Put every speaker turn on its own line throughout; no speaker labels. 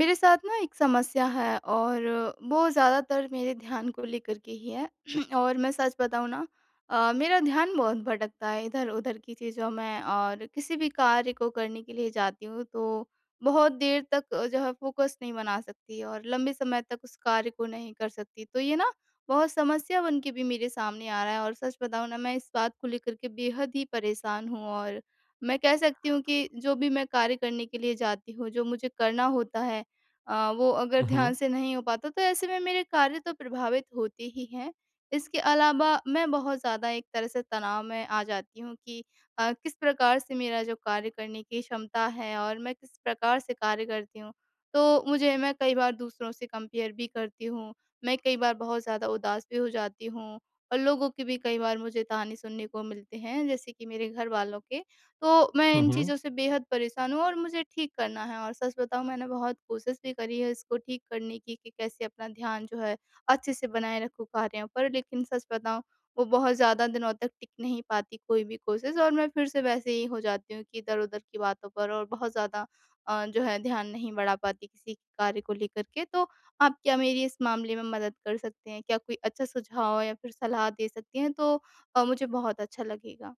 मेरे साथ ना एक समस्या है और वो ज़्यादातर मेरे ध्यान को लेकर के ही है। और मैं सच बताऊँ ना, मेरा ध्यान बहुत भटकता है इधर-उधर की चीज़ों में, और किसी भी कार्य को करने के लिए जाती हूँ तो बहुत देर तक जो है फ़ोकस नहीं बना सकती और लंबे समय तक उस कार्य को नहीं कर सकती। तो ये ना बहुत समस्या बन के भी मेरे सामने आ रहा है, और सच बताऊँ ना, मैं इस बात को लेकर के बेहद ही परेशान हूँ, और मैं कह सकती हूँ कि जो भी मैं कार्य करने के लिए जाती हूँ, जो मुझे करना होता है, वो अगर
हुँ, हुँ।
ध्यान से नहीं हो पाता तो ऐसे में मेरे कार्य तो प्रभावित होते ही हैं। इसके अलावा मैं बहुत ज़्यादा एक तरह से तनाव में आ जाती हूँ कि किस प्रकार से मेरा जो कार्य करने की क्षमता है और मैं किस प्रकार से कार्य करती हूँ। तो मुझे मैं कई बार दूसरों से कंपेयर भी करती हूँ, मैं कई बार बहुत ज़्यादा उदास भी हो जाती हूँ, और लोगों के भी कई बार मुझे ताने सुनने को मिलते हैं, जैसे कि मेरे घरवालों के। तो मैं
हुँ,
इन
हुँ।
चीज़ों से बेहद परेशान हूँ और मुझे ठीक करना है, और सच बताऊँ, मैंने बहुत कोशिश भी करी है इसको ठीक करने की, कि कैसे अपना ध्यान जो है अच्छे से बनाए रखूँ कार्यों पर, लेकिन सच बताऊँ, वो बहुत ज़्यादा दिनों तक टिक नहीं पाती कोई भी कोशिश, और मैं फिर से वैसे ही हो जाती हूँ कि इधर-उधर की बातों पर, और बहुत ज़्यादा जो है ध्यान नहीं बढ़ा पाती किसी कार्य को लेकर के। तो आप क्या मेरी इस मामले में मदद कर सकते हैं? क्या कोई अच्छा सुझाव या फिर सलाह दे सकती हैं तो मुझे बहुत अच्छा लगेगा।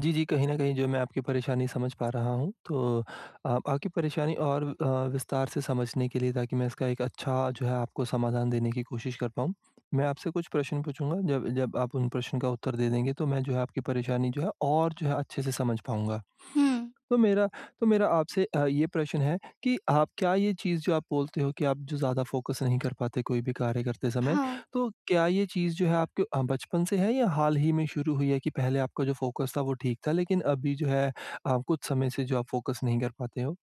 जी, जी, कहीं न कहीं जो मैं आपकी परेशानी समझ पा रहा हूँ। तो आपकी परेशानी और विस्तार से समझने के लिए, ताकि मैं इसका एक अच्छा जो है आपको समाधान देने की कोशिश कर पाऊँ, मैं आपसे कुछ प्रश्न पूछूँगा। जब जब आप उन प्रश्न का उत्तर दे देंगे, तो मैं जो है आपकी परेशानी जो है और जो है अच्छे से समझ पाऊँगा।
हुँ,
तो मेरा तो मेरा आपसे ये प्रश्न है कि आप, क्या ये चीज़ जो आप बोलते हो कि आप जो ज़्यादा फ़ोकस नहीं कर पाते कोई भी कार्य करते समय,
हाँ।
तो क्या ये चीज़ जो है आपके बचपन से है, या हाल ही में शुरू हुई है कि पहले आपका जो फ़ोकस था वो ठीक था, लेकिन अभी जो है कुछ समय से जो आप फ़ोकस नहीं कर पाते हो?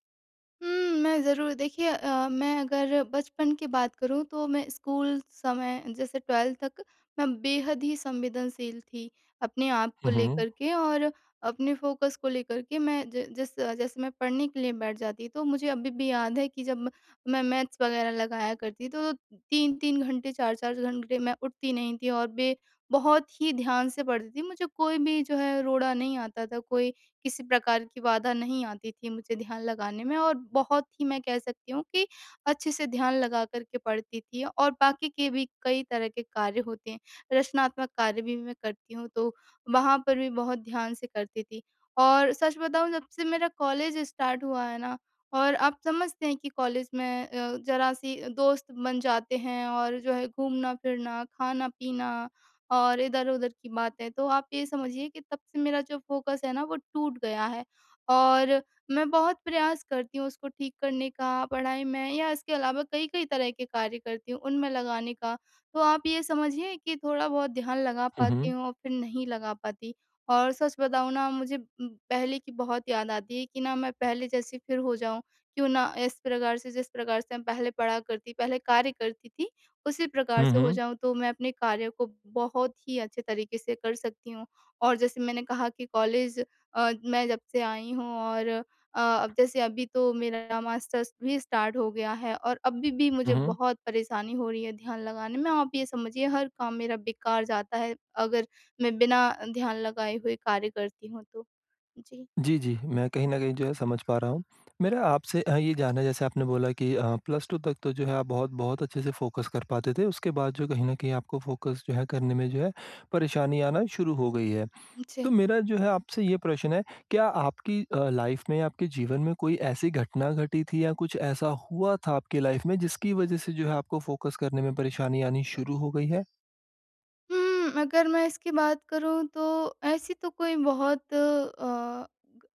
हुँ, मैं ज़रूर देखिए। मैं अगर बचपन की बात करूँ तो मैं स्कूल समय जैसे 12th तक मैं बेहद ही संवेदनशील थी, अपने आप को
हुँ, हुँ।
लेकर के और अपने फ़ोकस को लेकर के। मैं ज जिस जैसे मैं पढ़ने के लिए बैठ जाती तो मुझे अभी भी याद है कि जब मैं मैथ्स वग़ैरह लगाया करती तो 3-3 घंटे 4-4 घंटे मैं उठती नहीं थी, और बे बहुत ही ध्यान से पढ़ती थी। मुझे कोई भी जो है रोड़ा नहीं आता था, कोई किसी प्रकार की बाधा नहीं आती थी मुझे ध्यान लगाने में, और बहुत ही, मैं कह सकती हूँ कि अच्छे से ध्यान लगा कर के पढ़ती थी। और बाकी के भी कई तरह के कार्य होते हैं, रचनात्मक कार्य भी मैं करती हूँ, तो वहाँ पर भी बहुत ध्यान से करती थी। और सच बताऊँ, जब से मेरा कॉलेज स्टार्ट हुआ है ना, और आप समझते हैं कि कॉलेज में ज़रा-सी दोस्त बन जाते हैं और जो है घूमना-फिरना, खाना-पीना, और इधर-उधर की बातें। तो आप ये समझिए कि तब से मेरा जो फ़ोकस है ना, वो टूट गया है, और मैं बहुत प्रयास करती हूँ उसको ठीक करने का, पढ़ाई में या इसके अलावा कई-कई तरह के कार्य करती हूँ, उनमें लगाने का। तो आप ये समझिए कि थोड़ा बहुत ध्यान लगा
हुँ,
पाती
हुँ।
हूँ और फिर नहीं लगा पाती। और सच बताऊँ ना, मुझे पहले की बहुत याद आती है कि ना मैं पहले जैसी फिर हो जाऊँ। क्यों ना इस प्रकार से, जिस प्रकार से मैं पहले पढ़ा करती, पहले कार्य करती थी, उसी प्रकार
हुँ,
से हो
हुँ।
जाऊँ, तो मैं अपने कार्य को बहुत ही अच्छे तरीके से कर सकती हूँ। और जैसे मैंने कहा कि कॉलेज मैं जब से आई हूँ, और अब जैसे अभी तो मेरा मास्टर्स भी स्टार्ट हो गया है, और अभी भी
हुँ,
मुझे
हुँ।
बहुत परेशानी हो रही है ध्यान लगाने में। आप ये समझिए, हर काम मेरा बेकार जाता है अगर मैं बिना ध्यान लगाए हुए कार्य करती हूँ तो। जी,
जी, जी। मैं कहीं न कहीं जो है समझ पा रहा हूँ। मेरा आपसे ये जानना है, जैसे आपने बोला कि प्लस 2 तक तो जो है आप बहुत बहुत अच्छे से फ़ोकस कर पाते थे। उसके बाद जो कहीं न कहीं आपको फ़ोकस जो है करने में जो है परेशानी आना शुरू हो गई है। तो
मुझे।
मेरा जो है आपसे ये प्रश्न है, क्या आपकी लाइफ़ में, आपके जीवन में कोई ऐसी घटना घटी थी, या कुछ ऐसा हुआ था आपकी लाइफ़ में, जिसकी वज़ह से जो है आपको फ़ोकस करने में परेशानी आनी शुरू हो गई है?
हुँ, अगर मैं इसकी बात करूँ तो ऐसी तो कोई बहुत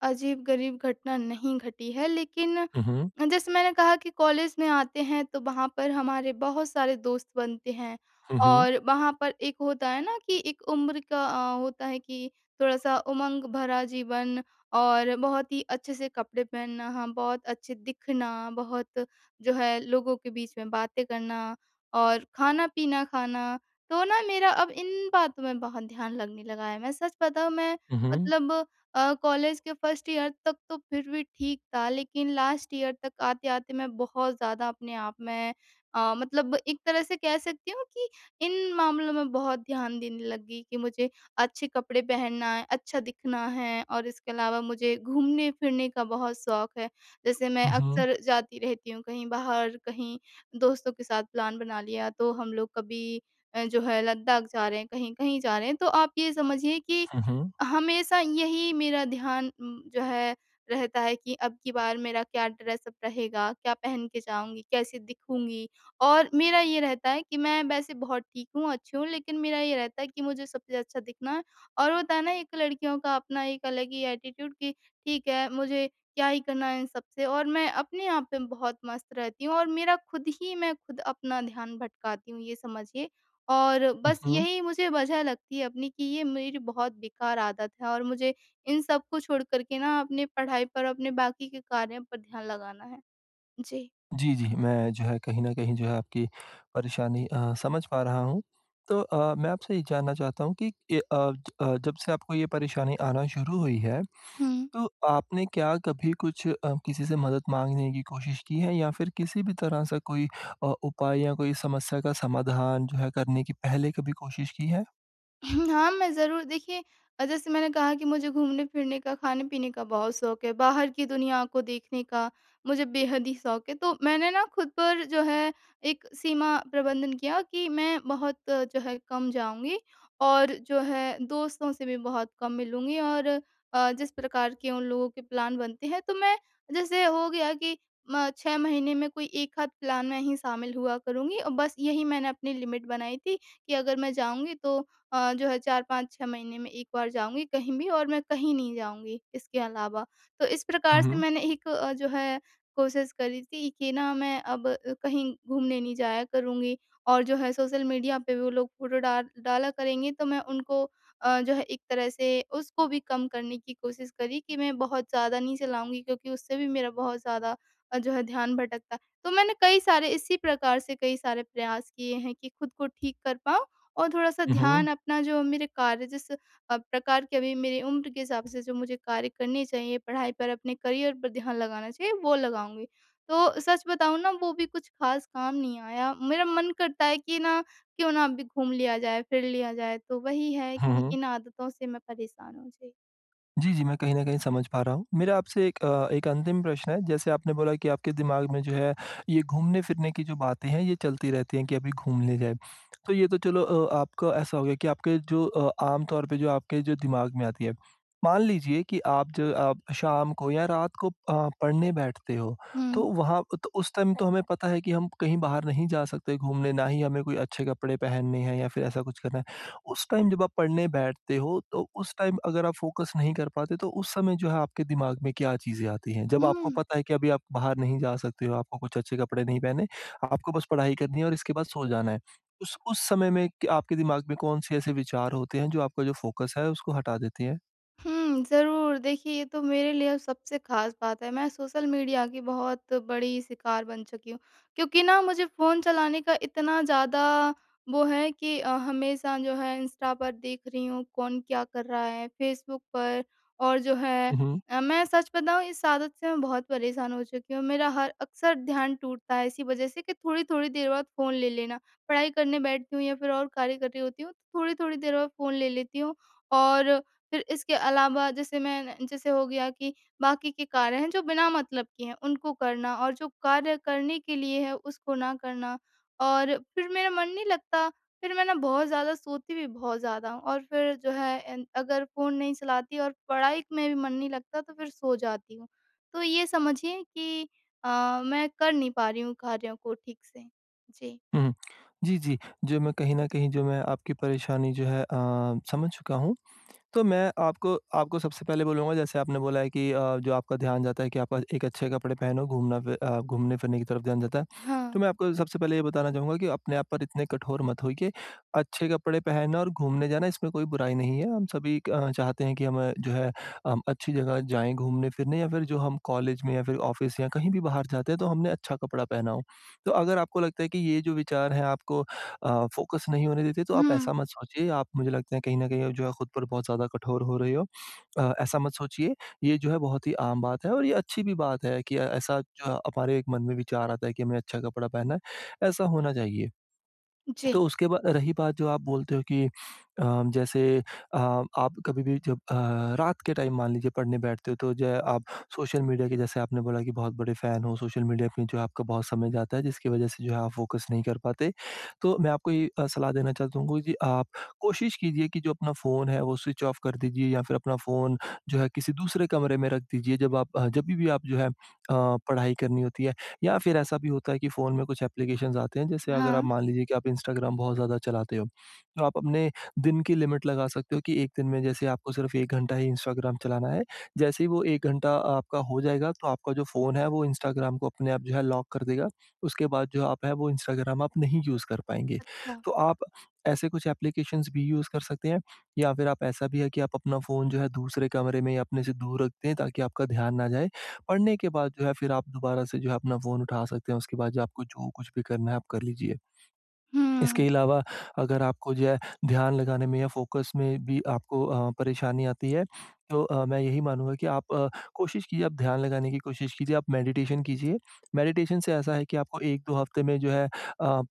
अजीब-गरीब घटना नहीं घटी है। लेकिन
हुँ, हुँ।
जैसे मैंने कहा कि कॉलेज में आते हैं तो वहाँ पर हमारे बहुत सारे दोस्त बनते हैं,
हुँ, हुँ।
और वहाँ पर एक होता है ना कि एक उम्र का होता है कि थोड़ा-सा उमंग भरा जीवन, और बहुत ही अच्छे से कपड़े पहनना, हाँ, बहुत अच्छे दिखना, बहुत जो है लोगों के बीच में बातें करना, और खाना-पीना खाना। तो ना, मेरा अब इन बातों में बहुत ध्यान लगने लगा है। मैं सच बताऊँ, मैं
हुँ, हुँ।
मतलब कॉलेज के फर्स्ट ईयर तक तो फिर भी ठीक था, लेकिन लास्ट ईयर तक आते-आते मैं बहुत ज़्यादा अपने आप में, मतलब, एक तरह से कह सकती हूँ कि इन मामलों में बहुत ध्यान देने लग गई कि मुझे अच्छे कपड़े पहनना है, अच्छा दिखना है, और इसके अलावा मुझे घूमने-फिरने का बहुत शौक है। जैसे मैं
हुँ, हुँ।
अक्सर जाती रहती हूँ कहीं बाहर, कहीं दोस्तों के साथ प्लान बना लिया, तो हम लोग कभी जो है लद्दाख जा रहे हैं, कहीं-कहीं जा रहे हैं। तो आप ये समझिए कि
हुँ, हुँ।
हमेशा यही मेरा ध्यान जो है रहता है कि अब की बार मेरा क्या ड्रेसअप रहेगा, क्या पहन के जाऊँगी, कैसे दिखूँगी। और मेरा ये रहता है कि मैं वैसे बहुत ठीक हूँ, अच्छी हूँ, लेकिन मेरा ये रहता है कि मुझे सबसे अच्छा दिखना है। और होता है ना, एक लड़कियों का अपना एक अलग ही एटीट्यूड कि ठीक है, मुझे क्या ही करना है इन सबसे, और मैं अपने आप में बहुत मस्त रहती हूँ, और मेरा खुद ही, मैं खुद अपना ध्यान भटकाती हूँ, ये समझिए। और
हुँ,
बस
हुँ।
यही मुझे वजह लगती है अपनी कि ये मेरी बहुत बेकार आदत है, और मुझे इन सब को छोड़ कर के ना अपनी पढ़ाई पर, अपने बाकी के कार्यों पर ध्यान लगाना है। जी।
जी, जी। मैं जो है कहीं न कहीं जो है आपकी परेशानी समझ पा रहा हूँ। तो मैं आपसे ये जानना चाहता हूँ कि ये जब से आपको ये परेशानी आना शुरू हुई है,
हुँ।
तो आपने क्या कभी कुछ किसी से मदद माँगने की कोशिश की है, या फिर किसी भी तरह से कोई उपाय, या कोई समस्या का समाधान जो है करने की पहले कभी कोशिश की है?
हाँ, मैं ज़रूर देखिए। जैसे मैंने कहा कि मुझे घूमने-फिरने का, खाने-पीने का बहुत शौक है, बाहर की दुनिया को देखने का मुझे बेहद ही शौक है। तो मैंने ना खुद पर जो है एक सीमा प्रबंधन किया कि मैं बहुत जो है कम जाऊँगी, और जो है दोस्तों से भी बहुत कम मिलूँगी, और जिस प्रकार के उन लोगों के प्लान बनते हैं तो मैं, जैसे हो गया कि म 6 महीने में कोई 1 आध प्लान में ही शामिल हुआ करूँगी, और बस यही मैंने अपनी लिमिट बनाई थी कि अगर मैं जाऊँगी तो जो है 4-5-6 महीने में 1 बार जाऊँगी कहीं भी, और मैं कहीं नहीं जाऊँगी इसके अलावा। तो इस
हुँ,
प्रकार से
हुँ।
मैंने एक जो है कोशिश करी थी कि ना मैं अब कहीं घूमने नहीं जाया करूँगी, और जो है सोशल मीडिया पे वो लोग फ़ोटो डाल डाला करेंगे तो मैं उनको जो है, एक तरह से उसको भी कम करने की कोशिश करी कि मैं बहुत ज़्यादा नहीं चलाऊँगी, क्योंकि उससे भी मेरा बहुत ज़्यादा जो है ध्यान भटकता है। तो मैंने कई सारे, इसी प्रकार से कई सारे प्रयास किए हैं कि खुद को ठीक कर पाऊँ और थोड़ा-सा
हुँ,
ध्यान
हुँ।
अपना जो मेरे कार्य जिस प्रकार के अभी मेरी उम्र के हिसाब से जो मुझे कार्य करने चाहिए, पढ़ाई पर, अपने करियर पर ध्यान लगाना चाहिए, वो लगाऊँगी। तो सच बताऊँ ना, वो भी कुछ ख़ास काम नहीं आया। मेरा मन करता है कि ना क्यों ना अभी घूम लिया जाए, फिर लिया जाए, तो वही है
हुँ,
कि
हुँ।
इन आदतों से मैं परेशान हूँ। जी।
जी, जी, मैं कहीं न कहीं समझ पा रहा हूँ। मेरा आपसे एक अंतिम प्रश्न है। जैसे आपने बोला कि आपके दिमाग में जो है ये घूमने-फिरने की जो बातें हैं, ये चलती रहती हैं कि अभी घूम ले जाए। तो ये तो चलो, आपका ऐसा हो गया कि आपके जो आम तौर पे जो आपके जो दिमाग में आती है। मान लीजिए कि आप, जो आप शाम को या रात को पढ़ने बैठते हो, तो
हुँ।
वहाँ तो उस टाइम तो हमें पता है कि हम कहीं बाहर नहीं जा सकते घूमने, ना ही हमें कोई अच्छे कपड़े पहनने हैं, या फिर ऐसा कुछ करना है। उस टाइम जब आप पढ़ने बैठते हो, तो उस टाइम अगर आप फ़ोकस नहीं कर पाते, तो उस समय जो है आपके दिमाग में क्या चीज़ें आती हैं? जब आपको
हुँ।
पता है कि अभी आप बाहर नहीं जा सकते हो, आपको कुछ अच्छे कपड़े नहीं पहने, आपको बस पढ़ाई करनी है, और इसके बाद सो जाना है। उस समय में क आपके दिमाग में कौन-से ऐसे विचार होते हैं, जो आपका जो फ़ोकस है, उसको हटा देते हैं?
हुँ, ज़रूर। देखिए, ये तो मेरे लिए अब सबसे ख़ास बात है। मैं सोशल मीडिया की बहुत बड़ी शिकार बन चुकी हूँ, क्योंकि ना मुझे फ़ोन चलाने का इतना ज़्यादा वो है कि हमेशा जो है इंस्टा पर देख रही हूँ कौन क्या कर रहा है, फ़ेसबुक पर, और जो है
हुँ, हुँ।
मैं सच बताऊँ, इस आदत से मैं बहुत परेशान हो चुकी हूँ। मेरा हर, अक्सर ध्यान टूटता है इसी वज़ह से कि थोड़ी-थोड़ी देर बाद फ़ोन ले लेना। पढ़ाई करने बैठती हूँ या फिर और कार्य कर रही होती हूँ, तो थोड़ी-थोड़ी देर बाद फ़ोन ले लेती हूँ, और फिर इसके अलावा जैसे मैं, जैसे हो गया कि बाकी के कार्य हैं जो बिना मतलब के हैं उनको करना, और जो कार्य करने के लिए है उसको ना करना, और फिर मेरा मन नहीं लगता, फिर मैं ना बहुत ज़्यादा सोती भी बहुत ज़्यादा हूँ, और फिर जो है अगर फ़ोन नहीं चलाती और पढ़ाई में भी मन नहीं लगता तो फिर सो जाती हूँ। तो ये समझिए कि मैं कर नहीं पा रही हूँ कार्यों को ठीक से। जी।
हुँ, हुँ। जी, जी। जो मैं कहीं न कहीं, जो मैं आपकी परेशानी जो है समझ चुका हूँ। तो मैं आपको आपको सबसे पहले बोलूँगा, जैसे आपने बोला है कि जो आपका ध्यान जाता है कि आप एक अच्छे कपड़े पहनो, घूमने-फिरने की तरफ ध्यान जाता है।
हाँ।
तो मैं आपको सबसे पहले ये बताना चाहूँगा कि अपने आप पर इतने कठोर मत होइए। अच्छे कपड़े पहनना और घूमने जाना, इसमें कोई बुराई नहीं है। हम सभी चाहते हैं कि हम जो है हम अच्छी जगह जाएँ घूमने-फिरने, या फिर जो हम कॉलेज में या फिर ऑफ़िस या कहीं भी बाहर जाते हैं, तो हमने अच्छा कपड़ा पहना हो। तो अगर आपको लगता है कि ये जो विचार हैं, आपको फ़ोकस नहीं होने देते, तो आप
हम्म।
ऐसा मत सोचिए। आप, मुझे लगता है कहीं न कहीं जो है, खुद पर बहुत ज़्यादा कठोर हो रहे हो। ऐसा मत सोचिए। ये जो है बहुत ही आम बात है, और ये अच्छी भी बात है कि ऐसा जो हमारे एक मन में विचार आता है कि हमें अच्छा कपड़ा पहनना है, ऐसा होना चाहिए।
जी।
तो उसके बाद रही बात, जो आप बोलते हो कि जैसे आप कभी भी जब रात के टाइम मान लीजिए पढ़ने बैठते हो, तो जो है आप सोशल मीडिया के, जैसे आपने बोला कि बहुत बड़े फ़ैन हो सोशल मीडिया पे, जो है आपका बहुत समय जाता है, जिसकी वजह से जो है आप फ़ोकस नहीं कर पाते। तो मैं आपको ये सलाह देना चाहता हूँ कि आप कोशिश कीजिए कि जो अपना फ़ोन है वो स्विच ऑफ कर दीजिए, या फिर अपना फ़ोन जो है किसी दूसरे कमरे में रख दीजिए, जब आप जभी भी आप जो है पढ़ाई करनी होती है। या फिर ऐसा भी होता है कि फ़ोन में कुछ एप्लीकेशंस आते हैं, जैसे अगर आप
हाँ।
मान लीजिए कि आप इंस्टाग्राम बहुत ज़्यादा चलाते हो, तो आप अपने दिन की लिमिट लगा सकते हो कि 1 दिन में जैसे आपको सिर्फ़ 1 घंटा ही इंस्टाग्राम चलाना है। जैसे ही वो 1 घंटा आपका हो जाएगा, तो आपका जो फ़ोन है, वो इंस्टाग्राम को अपने आप जो है लॉक कर देगा। उसके बाद जो आप है वो इंस्टाग्राम आप नहीं यूज़ कर पाएँगे।
अच्छा।
तो आप ऐसे कुछ एप्लीकेशंस भी यूज़ कर सकते हैं, या फिर आप, ऐसा भी है कि आप अपना फ़ोन जो है दूसरे कमरे में, या अपने से दूर रख दें, ताकि आपका ध्यान ना जाए। पढ़ने के बाद जो है फिर आप दोबारा से जो है अपना फ़ोन उठा सकते हैं। उसके बाद जो आपको जो कुछ भी करना है आप कर लीजिए।
हम्म।
इसके अलावा, अगर आपको जो है ध्यान लगाने में या फ़ोकस में भी आपको परेशानी आती है, तो मैं यही मानूँगा कि आप कोशिश कीजिए, आप ध्यान लगाने की कोशिश कीजिए, आप मेडिटेशन कीजिए। मेडिटेशन से ऐसा है कि आपको 1-2 हफ़्ते में जो है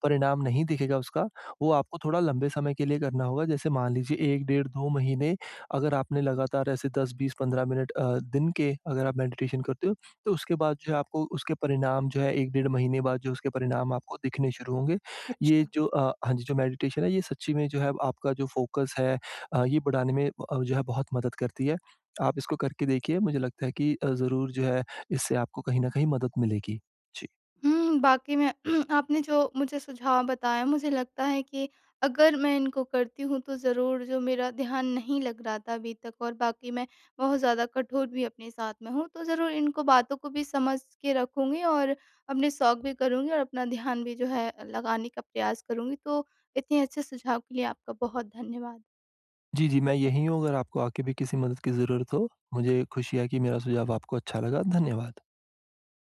परिणाम नहीं दिखेगा उसका। वो आपको थोड़ा लंबे समय के लिए करना होगा, जैसे मान लीजिए 1 डेढ़ 2 महीने। अगर आपने लगातार ऐसे 10-20-15 मिनट दिन के अगर आप मेडिटेशन करते हो, तो उसके बाद जो है आपको उसके परिणाम, जो है 1 डेढ़ महीने बाद जो उसके परिणाम आपको दिखने शुरू होंगे। ये जो हाँ जी, जो मेडिटेशन है, ये सच्ची में जो है आपका जो फ़ोकस है ये बढ़ाने में जो है बहुत मदद करती है। आप इसको करके देखिए, मुझे लगता है कि ज़रूर जो है इससे आपको कहीं न कहीं मदद मिलेगी। जी।
हुँ, वाक़ई में आपने जो मुझे सुझाव बताया, मुझे लगता है कि अगर मैं इनको करती हूँ तो ज़रूर, जो मेरा ध्यान नहीं लग रहा था अभी तक, और बाक़ी मैं बहुत ज़्यादा कठोर भी अपने साथ में हूँ। तो ज़रूर इनको बातों को भी समझ के रखूँगी, और अपने शौक भी करूँगी और अपना ध्यान भी जो है लगाने का प्रयास करूँगी। तो इतने अच्छे सुझाव के लिए आपका बहुत धन्यवाद।
जी, जी, मैं यहीं हूँ अगर आपको आगे भी किसी मदद की ज़रूरत हो। मुझे खुशी है कि मेरा सुझाव आपको अच्छा लगा। धन्यवाद।